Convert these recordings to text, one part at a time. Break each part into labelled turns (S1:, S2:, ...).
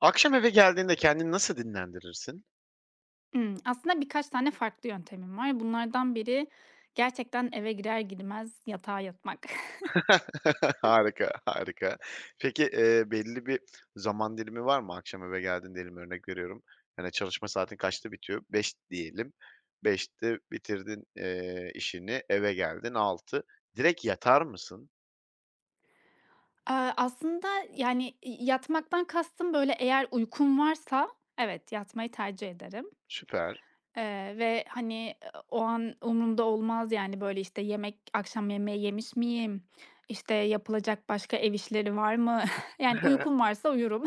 S1: Akşam eve geldiğinde kendini nasıl dinlendirirsin?
S2: Aslında birkaç tane farklı yöntemim var. Bunlardan biri gerçekten eve girer girmez yatağa yatmak.
S1: Harika, harika. Peki, belli bir zaman dilimi var mı? Akşam eve geldiğinde diyelim, örnek veriyorum. Hani, çalışma saatin kaçta bitiyor? 5 diyelim. Beşte bitirdin, işini, eve geldin 6. Direkt yatar mısın?
S2: Aslında, yani, yatmaktan kastım, böyle, eğer uykum varsa evet, yatmayı tercih ederim,
S1: Süper.
S2: ve, hani, o an umurumda olmaz, yani, böyle, işte, yemek akşam yemeği yemiş miyim, işte, yapılacak başka ev işleri var mı? Yani, uykum varsa uyurum.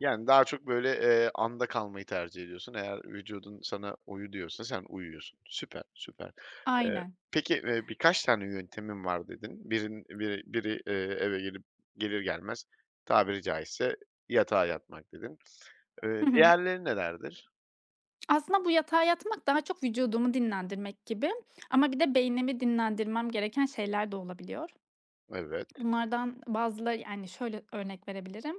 S1: Yani, daha çok, böyle, anda kalmayı tercih ediyorsun. Eğer vücudun sana uyu diyorsa sen uyuyorsun. Süper, süper. Eee,
S2: Aynen.
S1: peki, birkaç tane yöntemin var dedin. Biri, eve gelip gelir gelmez tabiri caizse yatağa yatmak dedin. Eee, diğerleri nelerdir?
S2: Aslında bu yatağa yatmak daha çok vücudumu dinlendirmek gibi, ama bir de beynimi dinlendirmem gereken şeyler de olabiliyor.
S1: Evet,
S2: Bunlardan bazıları, yani, şöyle örnek verebilirim.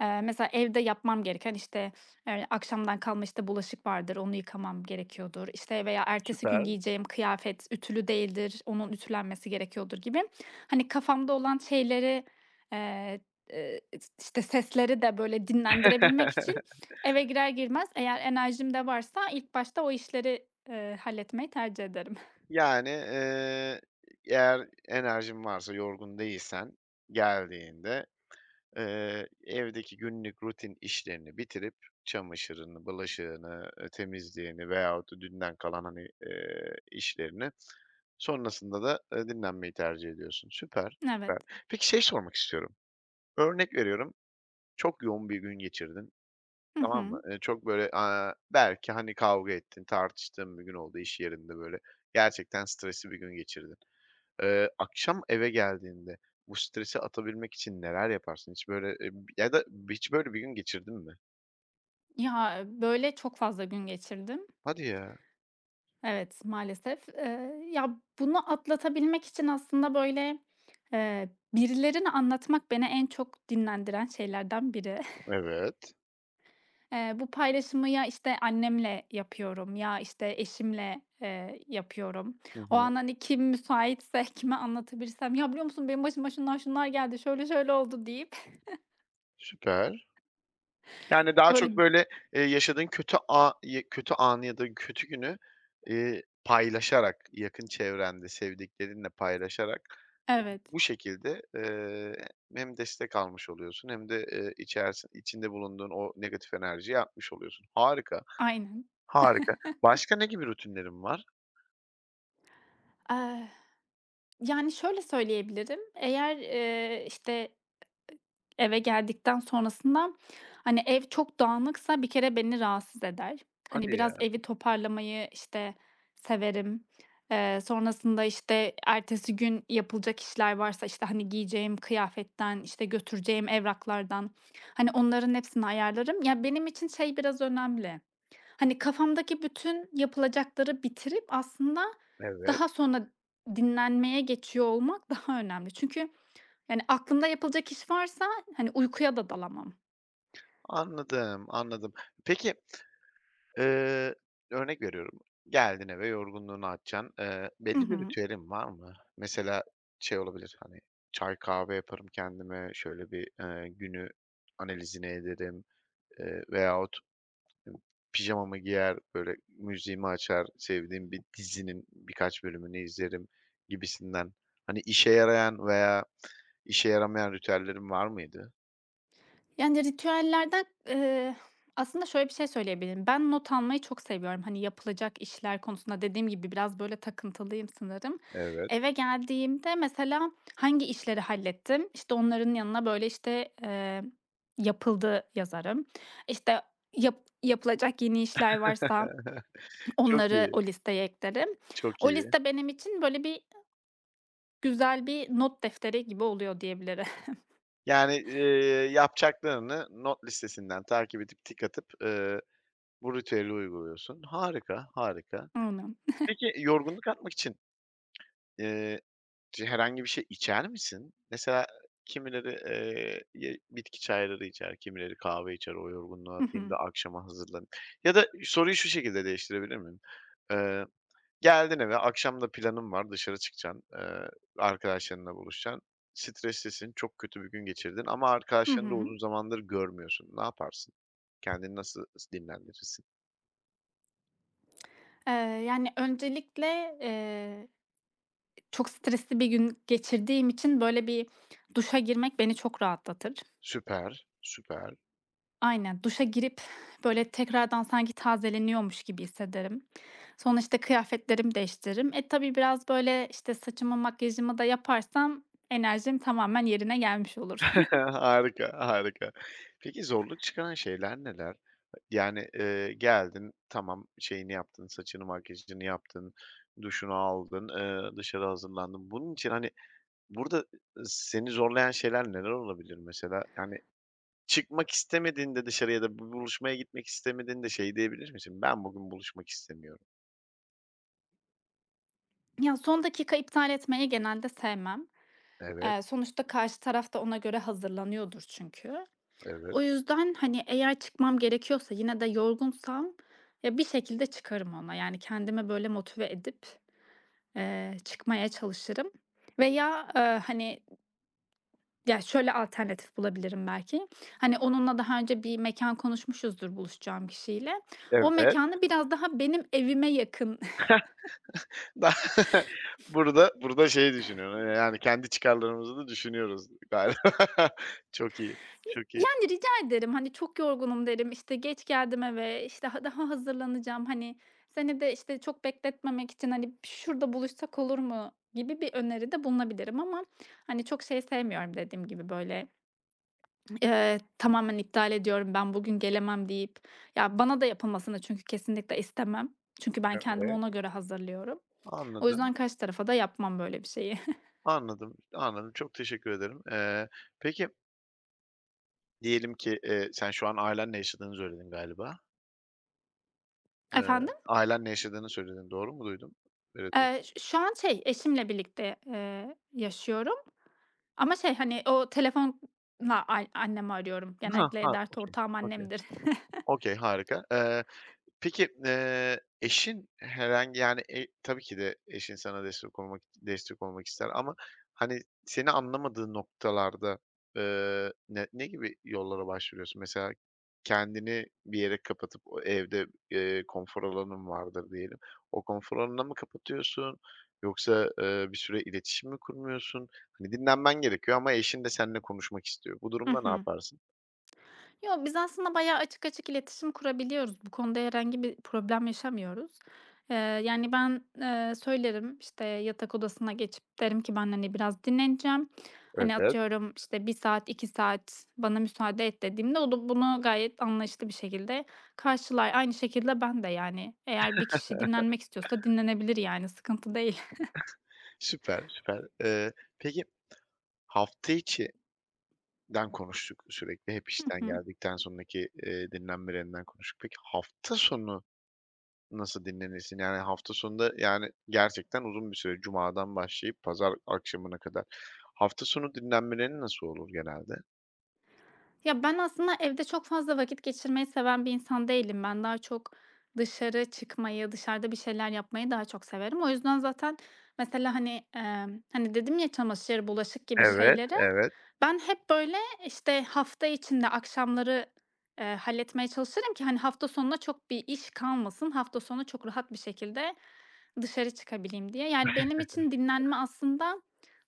S2: Mesela evde yapmam gereken, işte, akşamdan kalma, işte, bulaşık vardır, onu yıkamam gerekiyordur, İşte veya ertesi gün
S1: süper.
S2: giyeceğim kıyafet ütülü değildir, onun ütülenmesi gerekiyordur gibi. Hani, kafamda olan şeyleri, eee, eee, işte, sesleri de böyle dinlendirebilmek için eve girer girmez, eğer enerjim de varsa, ilk başta o işleri, halletmeyi tercih ederim.
S1: Yani, eğer enerjin varsa, yorgun değilsen geldiğinde. Evdeki günlük rutin işlerini bitirip çamaşırını, bulaşığını, temizliğini veyahut da dünden kalan, hani, işlerini sonrasında da, dinlenmeyi tercih ediyorsun. Süper,
S2: Evet.
S1: süper. Peki şey sormak istiyorum. Örnek veriyorum, çok yoğun bir gün geçirdin,
S2: Hı
S1: tamam mı?
S2: hı.
S1: Çok böyle, belki, hani, kavga ettin, tartıştığın bir gün oldu iş yerinde böyle. Gerçekten stresli bir gün geçirdin. Akşam eve geldiğinde bu stresi atabilmek için neler yaparsın? Hiç böyle, ya da hiç böyle bir gün geçirdin mi?
S2: Ya, böyle çok fazla gün geçirdim.
S1: Hadi ya.
S2: Evet, maalesef. Ya, bunu atlatabilmek için aslında, böyle, eee, birilerine anlatmak beni en çok dinlendiren şeylerden biri.
S1: Evet.
S2: Bu paylaşımı, ya, işte, annemle yapıyorum, ya, işte, eşimle, yapıyorum.
S1: Hı
S2: O
S1: hı.
S2: an, hani, kim müsaitse, kime anlatabilirsem, "Ya, biliyor musun, benim başıma şunlar şunlar geldi, şöyle şöyle oldu." deyip,
S1: Süper. Yani daha çok
S2: böyle.
S1: böyle, yaşadığın kötü a ya kötü anı ya da kötü günü, paylaşarak, yakın çevrende, sevdiklerinle paylaşarak
S2: Evet,
S1: bu şekilde, hem destek almış oluyorsun hem de, içinde bulunduğun o negatif enerjiyi atmış oluyorsun. Harika,
S2: aynen.
S1: harika. Başka ne gibi rutinlerin var?
S2: Eee, Yani, şöyle söyleyebilirim, eğer, işte, eve geldikten sonrasında, hani, ev çok dağınıksa bir kere beni rahatsız eder. Hani,
S1: Hadi
S2: biraz
S1: ya.
S2: evi toparlamayı, işte, severim. Sonrasında, işte, ertesi gün yapılacak işler varsa, işte, hani, giyeceğim kıyafetten, işte, götüreceğim evraklardan, hani, onların hepsini ayarlarım. Ya, benim için şey biraz önemli, hani, kafamdaki bütün yapılacakları bitirip aslında
S1: Evet,
S2: daha sonra dinlenmeye geçiyor olmak daha önemli. Çünkü, yani, aklımda yapılacak iş varsa, hani, uykuya da dalamam.
S1: anladım, anladım. Peki, eee, örnek veriyorum, geldin eve, yorgunluğunu atacaksın. Eee,
S2: Hı
S1: belli bir
S2: hı.
S1: ritüelin var mı? Mesela şey olabilir, hani, çay, kahve yaparım kendime, şöyle bir, günü analizini ederim, veyahut pijamamı giyer, böyle müziğimi açar, sevdiğim bir dizinin birkaç bölümünü izlerim gibisinden. Hani, işe yarayan veya işe yaramayan ritüellerin var mıydı?
S2: Yani, ritüellerden, aslında şöyle bir şey söyleyebilirim. Ben not almayı çok seviyorum. Hani, yapılacak işler konusunda, dediğim gibi, biraz, böyle, takıntılıyım sanırım.
S1: Evet.
S2: Eve geldiğimde, mesela, hangi işleri hallettim, işte, onların yanına, böyle, işte, yapıldı yazarım. İşte, yap yapılacak yeni işler varsa
S1: Çok
S2: onları
S1: iyi,
S2: o listeye eklerim.
S1: çok
S2: O
S1: iyi.
S2: liste benim için, böyle, güzel bir not defteri gibi oluyor diyebilirim.
S1: Yani, yapacaklarını not listesinden takip edip, tik atıp, bu ritüeli uyguluyorsun. Harika, harika.
S2: Anladım.
S1: Peki yorgunluk atmak için, eee, herhangi bir şey içer misin? Mesela kimileri, ye bitki çayları içer, kimileri kahve içer, o yorgunluğu
S2: Hı
S1: atayım
S2: hı.
S1: da akşama hazırlanayım. Ya da soruyu şu şekilde değiştirebilir miyim? Eee Geldin eve, akşam da planın var, dışarı çıkacaksın, arkadaşlarınla buluşacaksın. Streslisin, çok kötü bir gün geçirdin ama
S2: Hı
S1: arkadaşlarını da
S2: hı.
S1: uzun zamandır görmüyorsun. Ne yaparsın? Kendini nasıl dinlendirirsin?
S2: Eee, Yani, öncelikle, çok stresli bir gün geçirdiğim için, böyle, bir duşa girmek beni çok rahatlatır.
S1: Süper, süper.
S2: Aynen, duşa girip, böyle, tekrardan sanki tazeleniyormuş gibi hissederim. Sonra, işte, kıyafetlerimi değiştiririm. Tabii biraz, böyle, işte, saçımı makyajımı da yaparsam enerjim tamamen yerine gelmiş olur.
S1: Harika, harika. Peki zorluk çıkaran şeyler neler? Yani, geldin, tamam, şeyini yaptın, saçını, makyajını yaptın, duşunu aldın, dışarı hazırlandın. Bunun için, hani, burada, seni zorlayan şeyler neler olabilir mesela? Yani, çıkmak istemediğinde dışarıya da bu buluşmaya gitmek istemediğinde şey diyebilir misin? "Ben bugün buluşmak istemiyorum."
S2: Ya, son dakika iptal etmeyi genelde sevmem.
S1: Evet,
S2: Sonuçta karşı taraf da ona göre hazırlanıyordur çünkü.
S1: evet,
S2: O yüzden, hani, eğer çıkmam gerekiyorsa, yine de yorgunsam, ya, bir şekilde çıkarım ona. Yani, kendimi böyle motive edip, çıkmaya çalışırım, veya, hani, ya, şöyle alternatif bulabilirim belki. Hani, onunla daha önce bir mekan konuşmuşuzdur, buluşacağım kişiyle. O
S1: evet.
S2: mekanı biraz daha benim evime yakın.
S1: Da burada şey düşünüyorsun, yani kendi çıkarlarımızı da düşünüyoruz galiba. Çok iyi, çok iyi.
S2: Yani, rica ederim, hani, "Çok yorgunum." derim, işte, "Geç geldim eve." işte, "Ha, daha hazırlanacağım." hani, seni de, işte, çok bekletmemek için, hani, "Şurada buluşsak olur mu?" gibi bir öneride bulunabilirim, ama, hani, çok şey sevmiyorum, dediğim gibi, böyle, tamamen iptal ediyorum, "Ben bugün gelemem." deyip, ya, bana da yapılmasını çünkü kesinlikle istemem. Çünkü ben kendimi
S1: Evet,
S2: ona göre hazırlıyorum. O
S1: anladım,
S2: yüzden karşı tarafa da yapmam böyle bir şeyi.
S1: anladım, anladım. Çok teşekkür ederim. Peki diyelim ki, sen şu an ailenle yaşadığını söyledin galiba. Eee,
S2: Efendim?
S1: ailenle yaşadığını söyledin. Doğru mu duydum? Evet.
S2: Ş Şu an şey, eşimle birlikte, yaşıyorum, ama şey, hani, o telefonla an annemi arıyorum.
S1: Ha,
S2: Genellikle
S1: ha,
S2: dert
S1: okay,
S2: ortağım
S1: okay,
S2: annemdir.
S1: okay, harika. Peki, eşin herhangi, yani, tabii ki de eşin sana destek olmak ister ama, hani, seni anlamadığı noktalarda, ne gibi yollara başvuruyorsun? Mesela kendini bir yere kapatıp o evde, konfor alanın vardır diyelim. O konfor alanına mı kapatıyorsun yoksa, bir süre iletişim mi kurmuyorsun? Hani, dinlenmen gerekiyor ama eşin de seninle konuşmak istiyor. Bu
S2: I
S1: durumda ne
S2: hı.
S1: yaparsın?
S2: Yo, biz aslında bayağı açık açık iletişim kurabiliyoruz. Bu konuda herhangi bir problem yaşamıyoruz. Yani, ben, söylerim, işte, yatak odasına geçip derim ki ben, hani, biraz dinleneceğim. Hani,
S1: Evet,
S2: atıyorum, işte, bir saat, 2 saat bana müsaade et dediğimde o da bunu gayet anlayışlı bir şekilde karşılar. Aynı şekilde ben de, yani, eğer bir kişi dinlenmek istiyorsa dinlenebilir, yani, sıkıntı değil.
S1: süper, süper. Peki hafta içi den konuştuk sürekli. Hep işten geldikten sonraki, dinlenmelerinden konuştuk. Peki hafta sonu nasıl dinlenirsin? Yani hafta sonunda, yani, gerçekten uzun bir süre cumadan başlayıp pazar akşamına kadar. Hafta sonu dinlenmelerin nasıl olur genelde?
S2: Ya, ben aslında evde çok fazla vakit geçirmeyi seven bir insan değilim. Ben daha çok dışarı çıkmayı, dışarıda bir şeyler yapmayı daha çok severim. O yüzden zaten, mesela, hani, hani, dedim ya, çamaşır, bulaşık gibi
S1: Evet,
S2: şeyleri
S1: evet,
S2: ben hep, böyle, işte, hafta içinde akşamları, halletmeye çalışırım ki, hani, hafta sonuna çok bir iş kalmasın. Hafta sonu çok rahat bir şekilde dışarı çıkabileyim diye. Yani, benim için dinlenme, aslında,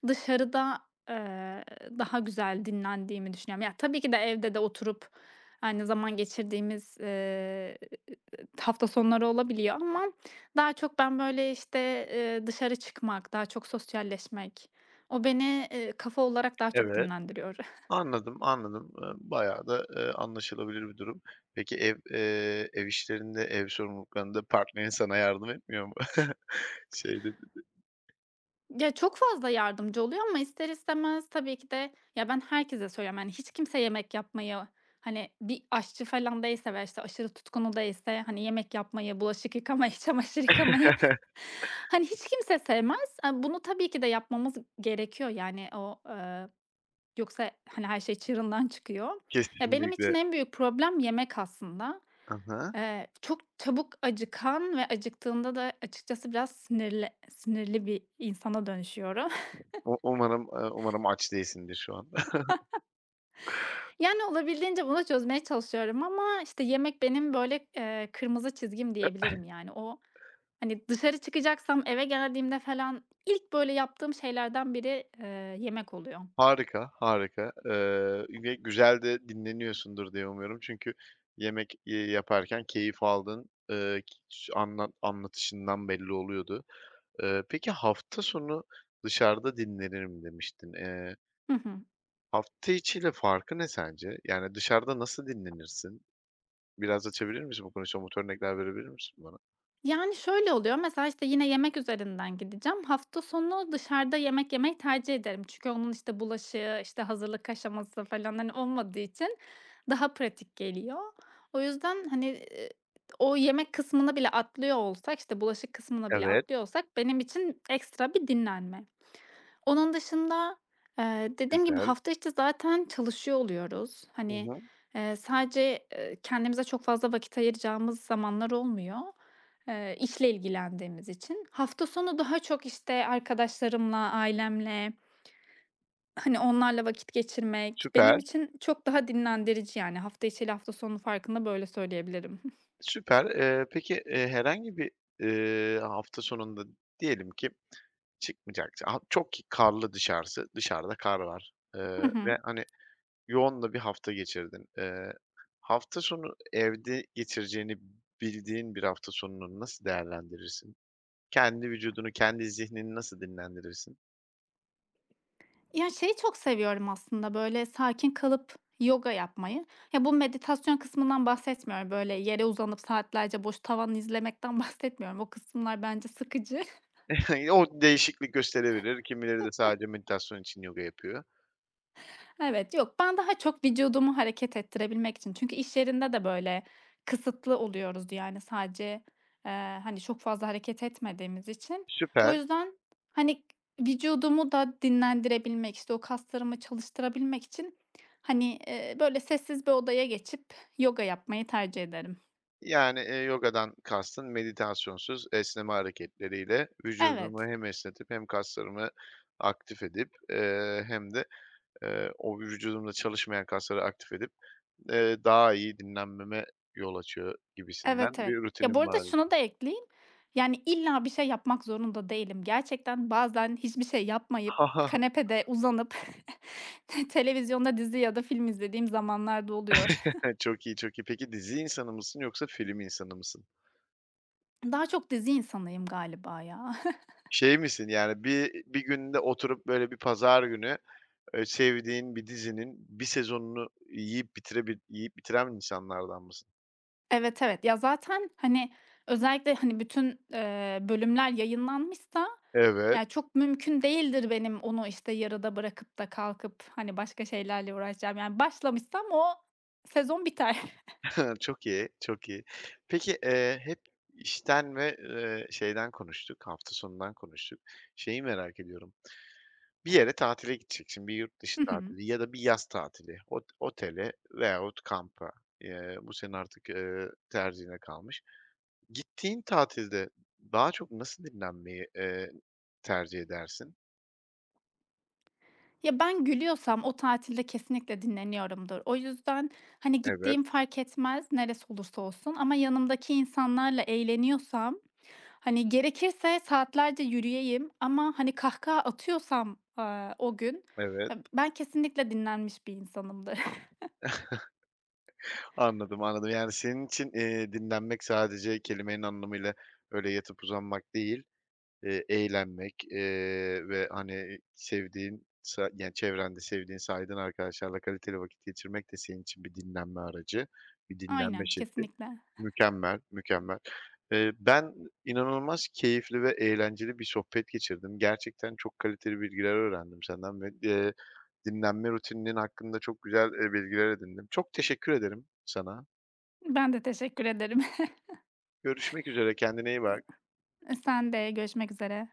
S2: dışarıda, eee, daha güzel dinlendiğimi düşünüyorum. Ya, tabii ki de evde de oturup aynı zaman geçirdiğimiz, hafta sonları olabiliyor, ama daha çok ben, böyle, işte, dışarı çıkmak, daha çok sosyalleşmek, o beni, kafa olarak daha çok
S1: evet.
S2: dinlendiriyor.
S1: Anladım, anladım. Bayağı da, anlaşılabilir bir durum. Peki ev, ev işlerinde, ev sorumluluklarında partnerin sana yardım etmiyor mu? Şeyde
S2: Ya, çok fazla yardımcı oluyor, ama ister istemez, tabii ki de, ya, ben herkese söylüyorum, yani, hiç kimse yemek yapmayı, hani, bir aşçı falan değilse veya, işte, aşırı tutkunu değilse, hani, yemek yapmayı, bulaşık yıkamayı, çamaşır yıkamayı, hani, hiç kimse sevmez. Bunu tabii ki de yapmamız gerekiyor, yani, o, yoksa, hani, her şey çığırından çıkıyor. Ya, benim için
S1: Kesinlikle.
S2: en büyük problem yemek aslında.
S1: Aha.
S2: Çok çabuk acıkan ve acıktığında da açıkçası biraz sinirli sinirli bir insana dönüşüyorum.
S1: Umarım, umarım aç değilsindir şu an.
S2: Yani, olabildiğince bunu çözmeye çalışıyorum, ama, işte, yemek benim, böyle, kırmızı çizgim diyebilirim, yani. O, hani, dışarı çıkacaksam eve geldiğimde falan, ilk, böyle, yaptığım şeylerden biri, yemek oluyor.
S1: Harika, harika, ve güzel de dinleniyorsundur diye umuyorum. Çünkü yemek, yaparken keyif aldığın, ç anlat anlatışından belli oluyordu. Peki hafta sonu dışarıda dinlenirim demiştin. Eee,
S2: Hı hı.
S1: hafta içiyle farkı ne sence? Yani dışarıda nasıl dinlenirsin? Biraz açabilir misin bu konuyu? Somut örnekler verebilir misin bana?
S2: Yani, şöyle oluyor, mesela, işte, yine yemek üzerinden gideceğim. Hafta sonu dışarıda yemek yemeyi tercih ederim. Çünkü onun, işte, bulaşığı, işte, hazırlık aşaması falan, hani, olmadığı için daha pratik geliyor. O yüzden, hani, o yemek kısmını bile atlıyor olsak, işte, bulaşık kısmını bile
S1: Evet,
S2: atlıyor olsak, benim için ekstra bir dinlenme. Onun dışında, dediğim gibi,
S1: güzel.
S2: hafta içi zaten çalışıyor oluyoruz.
S1: Hı
S2: Hani,
S1: hı.
S2: sadece, kendimize çok fazla vakit ayıracağımız zamanlar olmuyor, işle ilgilendiğimiz için. Hafta sonu daha çok, işte, arkadaşlarımla, ailemle, hani, onlarla vakit geçirmek benim
S1: Süper.
S2: için çok daha dinlendirici, yani. Hafta içi ile hafta sonu farkında böyle söyleyebilirim.
S1: Süper. Peki, herhangi bir, hafta sonunda diyelim ki çıkmayacaksın. Ha çok ki karlı dışarısı, dışarıda kar var,
S2: Hı hı.
S1: ve, hani, yoğun da bir hafta geçirdin. Hafta sonu evde geçireceğini bildiğin bir hafta sonunu nasıl değerlendirirsin? Kendi vücudunu, kendi zihnini nasıl dinlendirirsin?
S2: Ya, şeyi çok seviyorum aslında, böyle, sakin kalıp yoga yapmayı. Ya, bu meditasyon kısmından bahsetmiyorum. Böyle, yere uzanıp saatlerce boş tavan izlemekten bahsetmiyorum. O kısımlar bence sıkıcı.
S1: O değişiklik gösterebilir. Kimileri de sadece meditasyon için yoga yapıyor.
S2: Evet, yok, ben daha çok vücudumu hareket ettirebilmek için, çünkü iş yerinde de böyle kısıtlı oluyoruz, yani, sadece, hani, çok fazla hareket etmediğimiz için. O
S1: Süper.
S2: yüzden, hani, vücudumu da dinlendirebilmek, işte, o kaslarımı çalıştırabilmek için, hani, böyle sessiz bir odaya geçip yoga yapmayı tercih ederim.
S1: Yani, yogadan kastın meditasyonsuz esneme hareketleriyle vücudumu
S2: Evet.
S1: hem esnetip hem kaslarımı aktif edip, hem de, o vücudumda çalışmayan kasları aktif edip, daha iyi dinlenmeme yol açıyor gibisinden
S2: Evet, evet.
S1: bir
S2: Ya, bu
S1: rutinim
S2: arada
S1: var.
S2: şunu da ekleyeyim, yani, illa bir şey yapmak zorunda değilim. Gerçekten bazen hiçbir şey yapmayıp kanepede uzanıp televizyonda dizi ya da film izlediğim zamanlar da oluyor.
S1: Çok iyi, çok iyi. Peki dizi insanı mısın yoksa film insanı mısın?
S2: Daha çok dizi insanıyım galiba, ya.
S1: Şey misin, yani, bir günde oturup, böyle, bir pazar günü, sevdiğin bir dizinin bir sezonunu yiyip bitiren insanlardan mısın?
S2: Evet, evet. Ya, zaten, hani, özellikle, hani, bütün, bölümler yayınlanmışsa,
S1: Evet.
S2: ya, çok mümkün değildir benim onu, işte, yarıda bırakıp da kalkıp, hani, başka şeylerle uğraşacağım. Yani, başlamışsam o sezon biter.
S1: Çok iyi, çok iyi. Peki, hep işten ve, şeyden konuştuk, hafta sonundan konuştuk. Şeyi merak ediyorum, bir yere tatile gideceksin, bir yurt dışı tatili ya da bir yaz tatili, otele veyahut kampa. Bu senin artık, tercihine kalmış. Gittiğin tatilde daha çok nasıl dinlenmeyi, tercih edersin?
S2: Ya, ben gülüyorsam o tatilde kesinlikle dinleniyorumdur. O yüzden, hani,
S1: Evet,
S2: gittiğim fark etmez, neresi olursa olsun, ama yanımdaki insanlarla eğleniyorsam, hani, gerekirse saatlerce yürüyeyim, ama, hani, kahkaha atıyorsam, o gün,
S1: evet.
S2: ben kesinlikle dinlenmiş bir insanımdır.
S1: Anladım, anladım. Yani senin için, dinlenmek sadece kelimenin anlamıyla öyle yatıp uzanmak değil. Eğlenmek, ve, hani, sevdiğin yani, çevrende sevdiğin, saydığın arkadaşlarla kaliteli vakit geçirmek de senin için bir dinlenme aracı, bir dinlenme
S2: Aynen,
S1: şekli.
S2: kesinlikle.
S1: Mükemmel, mükemmel. Ben inanılmaz keyifli ve eğlenceli bir sohbet geçirdim. Gerçekten çok kaliteli bilgiler öğrendim senden ve, dinlenme rutininin hakkında çok güzel, bilgiler edindim. Çok teşekkür ederim sana.
S2: Ben de teşekkür ederim.
S1: Görüşmek üzere, kendine iyi bak.
S2: Sen de görüşmek üzere.